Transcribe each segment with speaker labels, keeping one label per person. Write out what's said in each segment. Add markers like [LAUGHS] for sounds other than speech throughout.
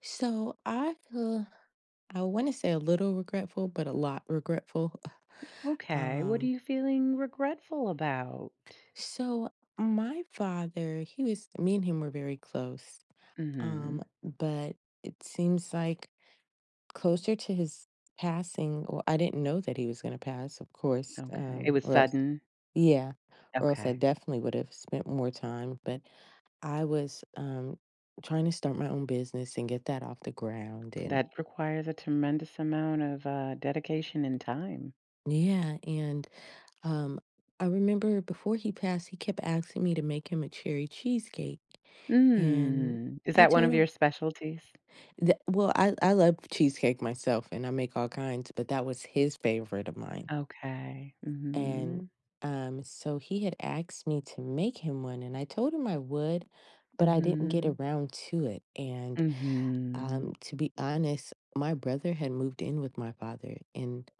Speaker 1: So I feel I want to say a little regretful, but a lot regretful. [LAUGHS]
Speaker 2: Okay, what are
Speaker 1: Um,
Speaker 2: you feeling regretful about?
Speaker 1: so my father, he was me and him were very close. Um,
Speaker 2: Mhm,
Speaker 1: but it seems like closer to his passing, well, I didn't know that he was gonna pass, of course.
Speaker 2: okay. It
Speaker 1: Um,
Speaker 2: was
Speaker 1: or else
Speaker 2: sudden?
Speaker 1: yeah, or else I
Speaker 2: Okay.
Speaker 1: definitely would have spent more time. But I was trying to start my own business and get that off the ground, and
Speaker 2: That requires a tremendous amount of, dedication and time.
Speaker 1: yeah. And Um, I remember before he passed, he kept asking me to make him a cherry cheesecake. And
Speaker 2: Mm, is
Speaker 1: I
Speaker 2: that one
Speaker 1: told
Speaker 2: of your
Speaker 1: him
Speaker 2: specialties?
Speaker 1: that, well, I love cheesecake myself and I make all kinds, but that was his favorite of mine.
Speaker 2: Okay.
Speaker 1: And
Speaker 2: Mhm.
Speaker 1: so he had asked me to make him one, and I told him I would, but I didn't get
Speaker 2: Mhm.
Speaker 1: around to it. And
Speaker 2: Mhm.
Speaker 1: to be honest, my brother had moved in with my father, and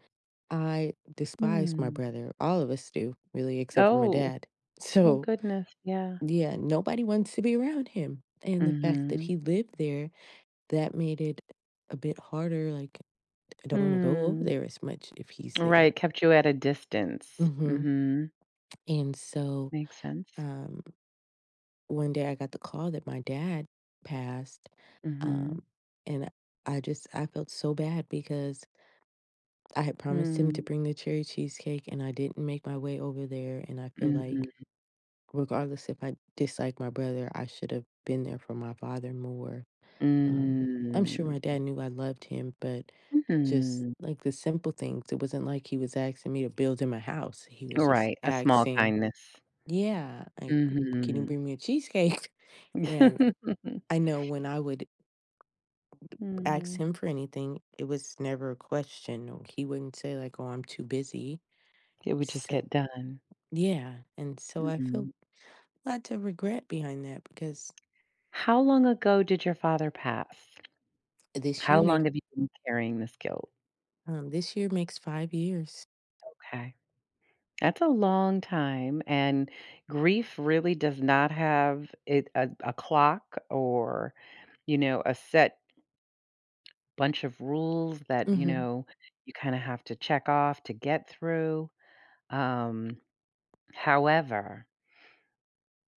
Speaker 1: I despise my
Speaker 2: Mm.
Speaker 1: brother. All of us do, really, except for my
Speaker 2: Oh,
Speaker 1: dad. [LAUGHS]
Speaker 2: oh
Speaker 1: So
Speaker 2: goodness, yeah.
Speaker 1: yeah, nobody wants to be around him, and the fact that
Speaker 2: Mhm.
Speaker 1: he lived there, that made it a bit harder, like, I don't wanna go over
Speaker 2: Mm.
Speaker 1: there as much if he's
Speaker 2: Right,
Speaker 1: there.
Speaker 2: kept you at a distance.
Speaker 1: Mhm,
Speaker 2: Mhm.
Speaker 1: and so,
Speaker 2: Makes sense.
Speaker 1: um, one day I got the call that my dad passed,
Speaker 2: Mhm.
Speaker 1: um, and I felt so bad because I had promised him to
Speaker 2: Mm.
Speaker 1: bring the cherry cheesecake, and I didn't make my way over there, and I feel like
Speaker 2: Mhm.
Speaker 1: regardless if I dislike my brother, I should have been there for my father more. Um, I'm
Speaker 2: Mm.
Speaker 1: sure my dad knew I loved him, but just
Speaker 2: Mhm.
Speaker 1: like the simple things, it wasn't like he was asking me to build him a house. He was just
Speaker 2: Right, a small
Speaker 1: asking,
Speaker 2: kindness.
Speaker 1: yeah, like, can you
Speaker 2: Mhm.
Speaker 1: bring me a cheesecake? [LAUGHS] And
Speaker 2: Mhm.
Speaker 1: I know when I would ask him
Speaker 2: [LAUGHS]
Speaker 1: for anything, it was never a question. Or he wouldn't say, like, oh, I'm too busy.
Speaker 2: It would just
Speaker 1: So,
Speaker 2: get done.
Speaker 1: yeah. And so I feel
Speaker 2: Mhm.
Speaker 1: a lot of regret behind that because
Speaker 2: How long ago did your father pass?
Speaker 1: this year
Speaker 2: How
Speaker 1: made
Speaker 2: long have you been carrying this guilt?
Speaker 1: this year makes 5 years.
Speaker 2: Okay. That's a long time, and grief really does not have it a clock or, you know, a set bunch of rules that, you
Speaker 1: Hmm.
Speaker 2: know, you kinda have to check off to get through. Um However,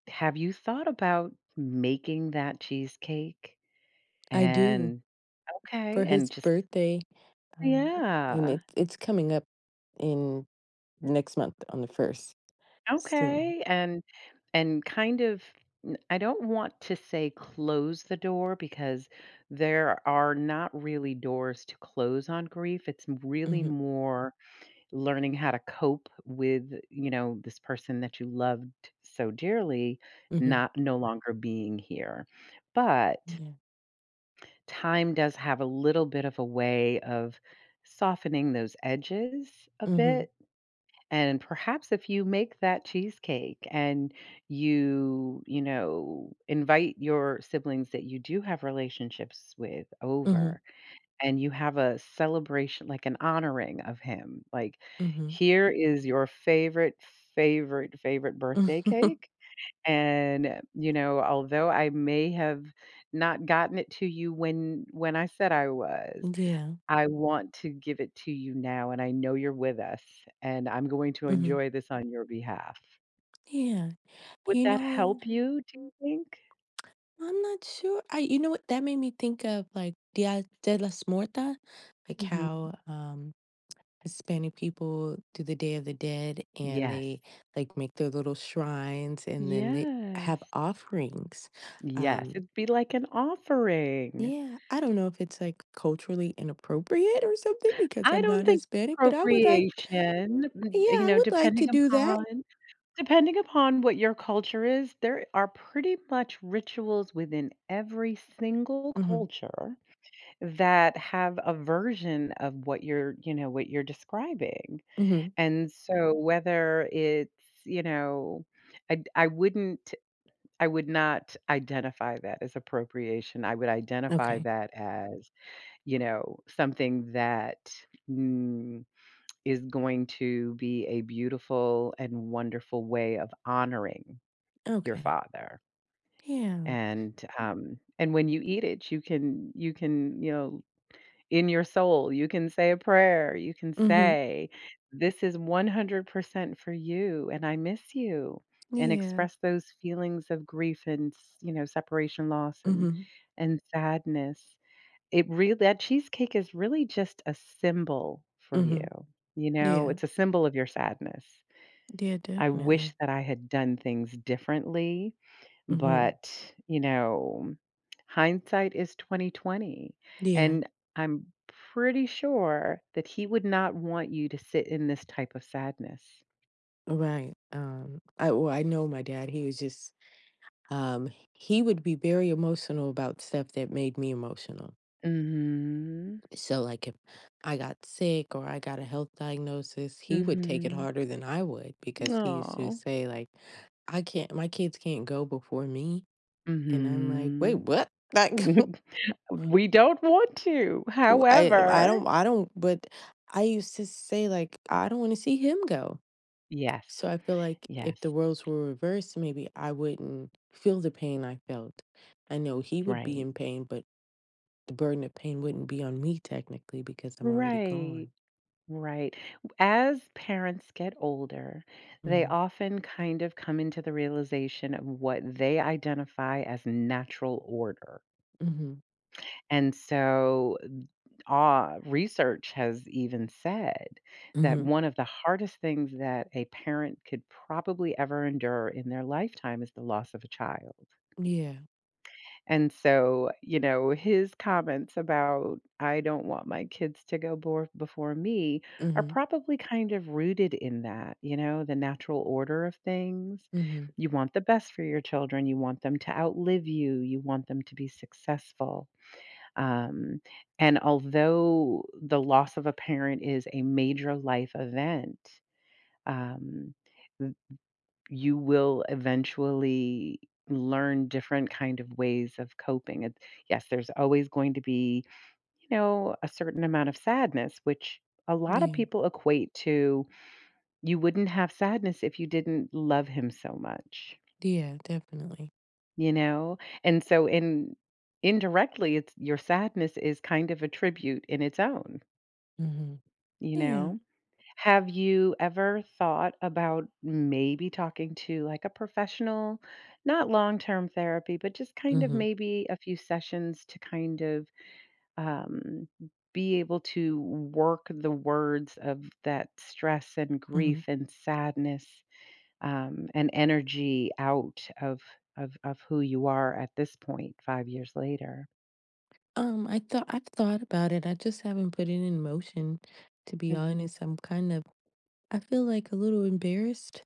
Speaker 2: have you thought about making that cheesecake?
Speaker 1: I do,
Speaker 2: And
Speaker 1: for
Speaker 2: okay,
Speaker 1: his
Speaker 2: and just
Speaker 1: birthday. Um, and
Speaker 2: yeah.
Speaker 1: it it's coming up in next month on the 1st, soon.
Speaker 2: Okay, and kind of n I don't want to say close the door because there are not really doors to close on grief. It's m really
Speaker 1: Mhm,
Speaker 2: more learning how to cope with, you know, this person that you loved so dearly
Speaker 1: mhm,
Speaker 2: not no longer being here. But
Speaker 1: yeah.
Speaker 2: time does have a little bit of a way of softening those edges a
Speaker 1: Mhm,
Speaker 2: bit, and perhaps if you make that cheesecake and you know, invite your siblings that you do have relationships with
Speaker 1: mhm,
Speaker 2: over, and you have a celebration, like an honoring of him, like,
Speaker 1: mhm.
Speaker 2: "Here is your favorite, favorite, favorite birthday
Speaker 1: [LAUGHS]
Speaker 2: cake, and, you know, although I may have not gotten it to you when I said I was,
Speaker 1: Yeah,
Speaker 2: I want to give it to you now, and I know you're with us, and I'm going to
Speaker 1: mhm,
Speaker 2: enjoy this on your behalf."
Speaker 1: yeah.
Speaker 2: Would
Speaker 1: You
Speaker 2: that
Speaker 1: know what?
Speaker 2: help you, do you think?
Speaker 1: I'm not sure. I you know what? That made me think of, like, Dia de las Muertas, like,
Speaker 2: Mhm.
Speaker 1: how, Hispanic people do the Day of the Dead, and they,
Speaker 2: Yes.
Speaker 1: like, make their little shrines, and then they have
Speaker 2: Yes.
Speaker 1: offerings,
Speaker 2: Yes,
Speaker 1: um
Speaker 2: it'd be like an offering.
Speaker 1: Yeah, I don't know if it's, like, culturally inappropriate or something because
Speaker 2: I
Speaker 1: I'm not
Speaker 2: don't think
Speaker 1: Hispanic, but I would like
Speaker 2: appropriation, m
Speaker 1: yeah,
Speaker 2: you
Speaker 1: I
Speaker 2: know,
Speaker 1: would like
Speaker 2: depending
Speaker 1: to
Speaker 2: [LAUGHS]
Speaker 1: do that.
Speaker 2: upon depending upon what your culture is, there are pretty much rituals within every single
Speaker 1: Mhm,
Speaker 2: culture that have a version of what you're, you know, what you're describing.
Speaker 1: mhm,
Speaker 2: And so whether it's, you know, I wouldn't, I would not identify that as appropriation. I would identify
Speaker 1: okay,
Speaker 2: that as, you know, something that mm, is going to be a beautiful and wonderful way of honoring your
Speaker 1: okay,
Speaker 2: father.
Speaker 1: yeah,
Speaker 2: And when you eat it, you can you can, you know, in your soul, you can say a prayer, you can
Speaker 1: mhm,
Speaker 2: say, "This is 100% for you, and I miss you," and
Speaker 1: yeah,
Speaker 2: express those feelings of grief and, s you know, separation loss
Speaker 1: mhm,
Speaker 2: and sadness. It really that cheesecake is really just a symbol for
Speaker 1: mhm,
Speaker 2: you, you know?
Speaker 1: yeah,
Speaker 2: It's a symbol of your sadness.
Speaker 1: yeah,
Speaker 2: I
Speaker 1: definitely,
Speaker 2: wish that I had done things differently
Speaker 1: mhm,
Speaker 2: but, you know, hindsight is 2020,
Speaker 1: yeah,
Speaker 2: and I'm pretty sure that he would not want you to sit in this type of sadness.
Speaker 1: right, I well, I know my dad, he was just, he would be very emotional about stuff that made me emotional.
Speaker 2: Mhm.
Speaker 1: So, like, if I got sick or I got a health diagnosis, he would take it
Speaker 2: Mhm.
Speaker 1: harder than I would because he used to
Speaker 2: Aw.
Speaker 1: say, like, I can't, my kids can't go before me. And I'm like, wait,
Speaker 2: Mhm.
Speaker 1: what? Like, [LAUGHS]
Speaker 2: [LAUGHS] We don't want to,
Speaker 1: I
Speaker 2: however,
Speaker 1: don't, I don't, but I used to say, like, I don't want to see him go.
Speaker 2: yes.
Speaker 1: So I feel like if the
Speaker 2: Yes.
Speaker 1: roles were reversed, maybe I wouldn't feel the pain I felt. I know he would be
Speaker 2: Right.
Speaker 1: in pain, but the burden of pain wouldn't be on me technically because I'm already
Speaker 2: Right.
Speaker 1: gone.
Speaker 2: Right. As parents get older, they
Speaker 1: Hmm.
Speaker 2: often kind of come into the realization of what they identify as natural order.
Speaker 1: Hmm.
Speaker 2: And so, research has even said that
Speaker 1: Mhm.
Speaker 2: one of the hardest things that a parent could probably ever endure in their lifetime is the loss of a child.
Speaker 1: Yeah.
Speaker 2: And so, you know, his comments about I don't want my kids to before me are
Speaker 1: Mhm.
Speaker 2: probably kind of rooted in that, you know, the natural order of things.
Speaker 1: Mhm.
Speaker 2: You want the best for your children, you want them to outlive you, you want them to be successful. Um, and although the loss of a parent is a major life event, um, you will eventually learn different kind of ways of coping. It yes, there's always going to be, you know, a certain amount of sadness, which a lot of
Speaker 1: Yeah.
Speaker 2: people equate to you wouldn't have sadness if you didn't love him so much,
Speaker 1: Yeah, definitely.
Speaker 2: you know? And so in indirectly it's your sadness is kind of a tribute in its own,
Speaker 1: Mhm.
Speaker 2: you
Speaker 1: Yeah.
Speaker 2: know? Have you ever thought about maybe talking to like a professional, not long term therapy, but just kind of
Speaker 1: Mhm.
Speaker 2: maybe a few sessions to kind of um, be able to work the words of that stress and grief
Speaker 1: Mhm.
Speaker 2: and sadness and energy out of, of who you are at this point, 5 years later?
Speaker 1: I've thought about it. I just haven't put it in motion. To be
Speaker 2: Hmm.
Speaker 1: honest, I'm kind of, I feel like a little embarrassed,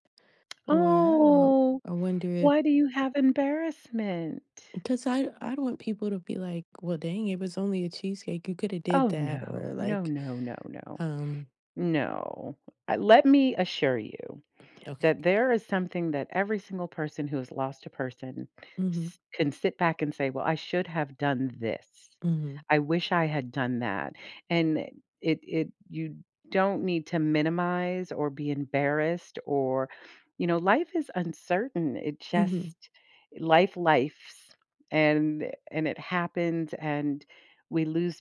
Speaker 1: or
Speaker 2: Oh,
Speaker 1: I wonder if,
Speaker 2: why do you have embarrassment?
Speaker 1: because I don't want people to be like, well, dang, it was only a cheesecake. You could have did
Speaker 2: Oh,
Speaker 1: that, or
Speaker 2: no. No,
Speaker 1: like,
Speaker 2: no, no, no.
Speaker 1: um,
Speaker 2: No. Let me assure you
Speaker 1: okay.
Speaker 2: that there is something that every single person who has lost a person
Speaker 1: Mhm.
Speaker 2: can sit back and say, "Well, I should have done this.
Speaker 1: Mhm.
Speaker 2: I wish I had done that." And it you don't need to minimize or be embarrassed or, you know, life is uncertain. It
Speaker 1: Mhm.
Speaker 2: just life lifes and it happens and we lose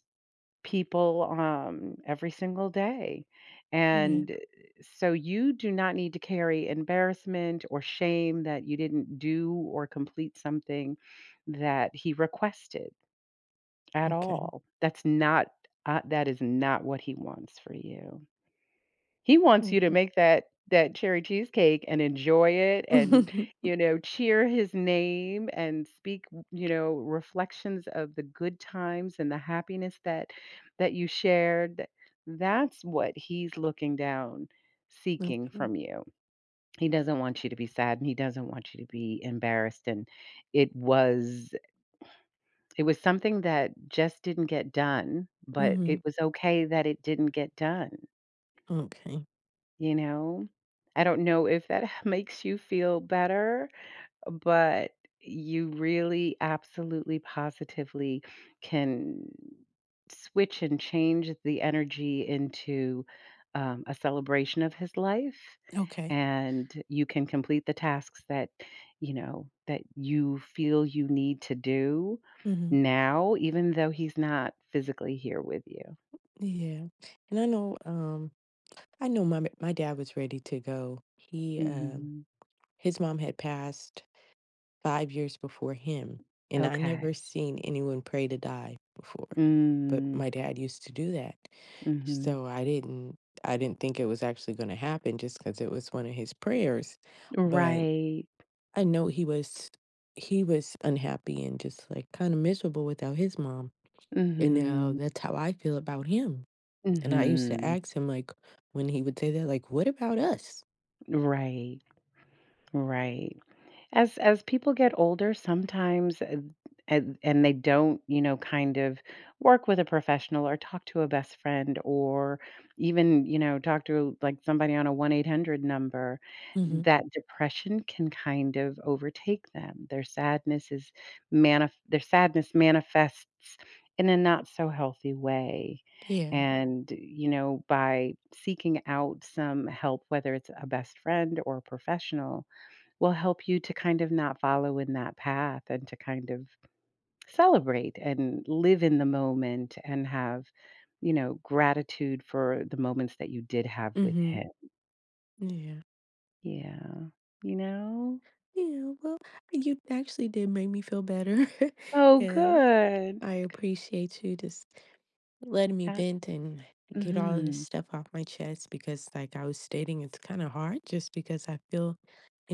Speaker 2: people, every single day,
Speaker 1: Yeah.
Speaker 2: and so you do not need to carry embarrassment or shame that you didn't do or complete something that he requested at
Speaker 1: Okay.
Speaker 2: all. That's not that is not what he wants for you. He wants you to
Speaker 1: Okay.
Speaker 2: make that cherry cheesecake and enjoy it and,
Speaker 1: [LAUGHS]
Speaker 2: you know, cheer his name and speak, you know, reflections of the good times and the happiness that you shared. Th That's what he's looking down, seeking
Speaker 1: Okay.
Speaker 2: from you. He doesn't want you to be sad, and he doesn't want you to be embarrassed, and it was it was something that just didn't get done, but
Speaker 1: Mhm.
Speaker 2: it was okay that it didn't get done.
Speaker 1: Okay.
Speaker 2: You know? I don't know if that [LAUGHS] makes you feel better, but you really absolutely positively can switch and change the energy into, a celebration of his life,
Speaker 1: Okay.
Speaker 2: and you can complete the tasks that, you know, that you feel you need to do
Speaker 1: Hmm.
Speaker 2: now, even though he's not physically here with you.
Speaker 1: Yeah. And I know my dad was ready to go. He
Speaker 2: Mhm.
Speaker 1: his mom had passed 5 years before him, and I never
Speaker 2: Okay.
Speaker 1: seen anyone pray to die before. But
Speaker 2: Mm.
Speaker 1: my dad used to do that.
Speaker 2: Mhm.
Speaker 1: So I didn't think it was actually going to happen just cuz it was one of his prayers, but
Speaker 2: Right.
Speaker 1: I know he was unhappy and just like kind of miserable without his mom. And now
Speaker 2: Mhm.
Speaker 1: that's how I feel about him. And I used to
Speaker 2: Mhm.
Speaker 1: ask him, like, when he would say that, like, "What about us?"
Speaker 2: Right. Right. As people get older, sometimes and they don't, you know, kind of work with a professional or talk to a best friend or even, you know, talk to like somebody on a 1-800 number,
Speaker 1: Mhm.
Speaker 2: that depression can kind of overtake them. Their sadness is manif their sadness manifests in a not so healthy way.
Speaker 1: Yeah.
Speaker 2: And, you know, by seeking out some help, whether it's a best friend or a professional, will help you to kind of not follow in that path and to kind of celebrate and live in the moment and have, you know, gratitude for the moments that you did have with
Speaker 1: Mhm.
Speaker 2: him.
Speaker 1: Yeah.
Speaker 2: Yeah. You know?
Speaker 1: Yeah, well, you actually did make me feel better, [LAUGHS]
Speaker 2: Oh,
Speaker 1: and
Speaker 2: good.
Speaker 1: I appreciate you just letting me
Speaker 2: Yeah.
Speaker 1: vent and get all of this
Speaker 2: Mhm.
Speaker 1: stuff off my chest because, like I was stating, it's kinda hard just because I feel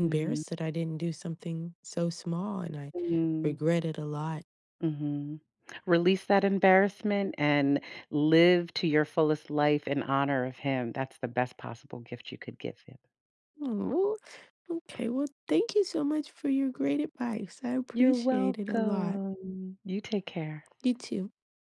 Speaker 2: Mm.
Speaker 1: that I didn't do something so small, and I
Speaker 2: Mhm. Mhm.
Speaker 1: regret it a lot.
Speaker 2: Mhm. Release that embarrassment and live to your fullest life in honor of him. That's the best possible gift you could give him.
Speaker 1: Hmm, well, okay. Well, thank you so much for your great advice. I
Speaker 2: You're
Speaker 1: appreciate it a lot.
Speaker 2: welcome. You take care.
Speaker 1: You too.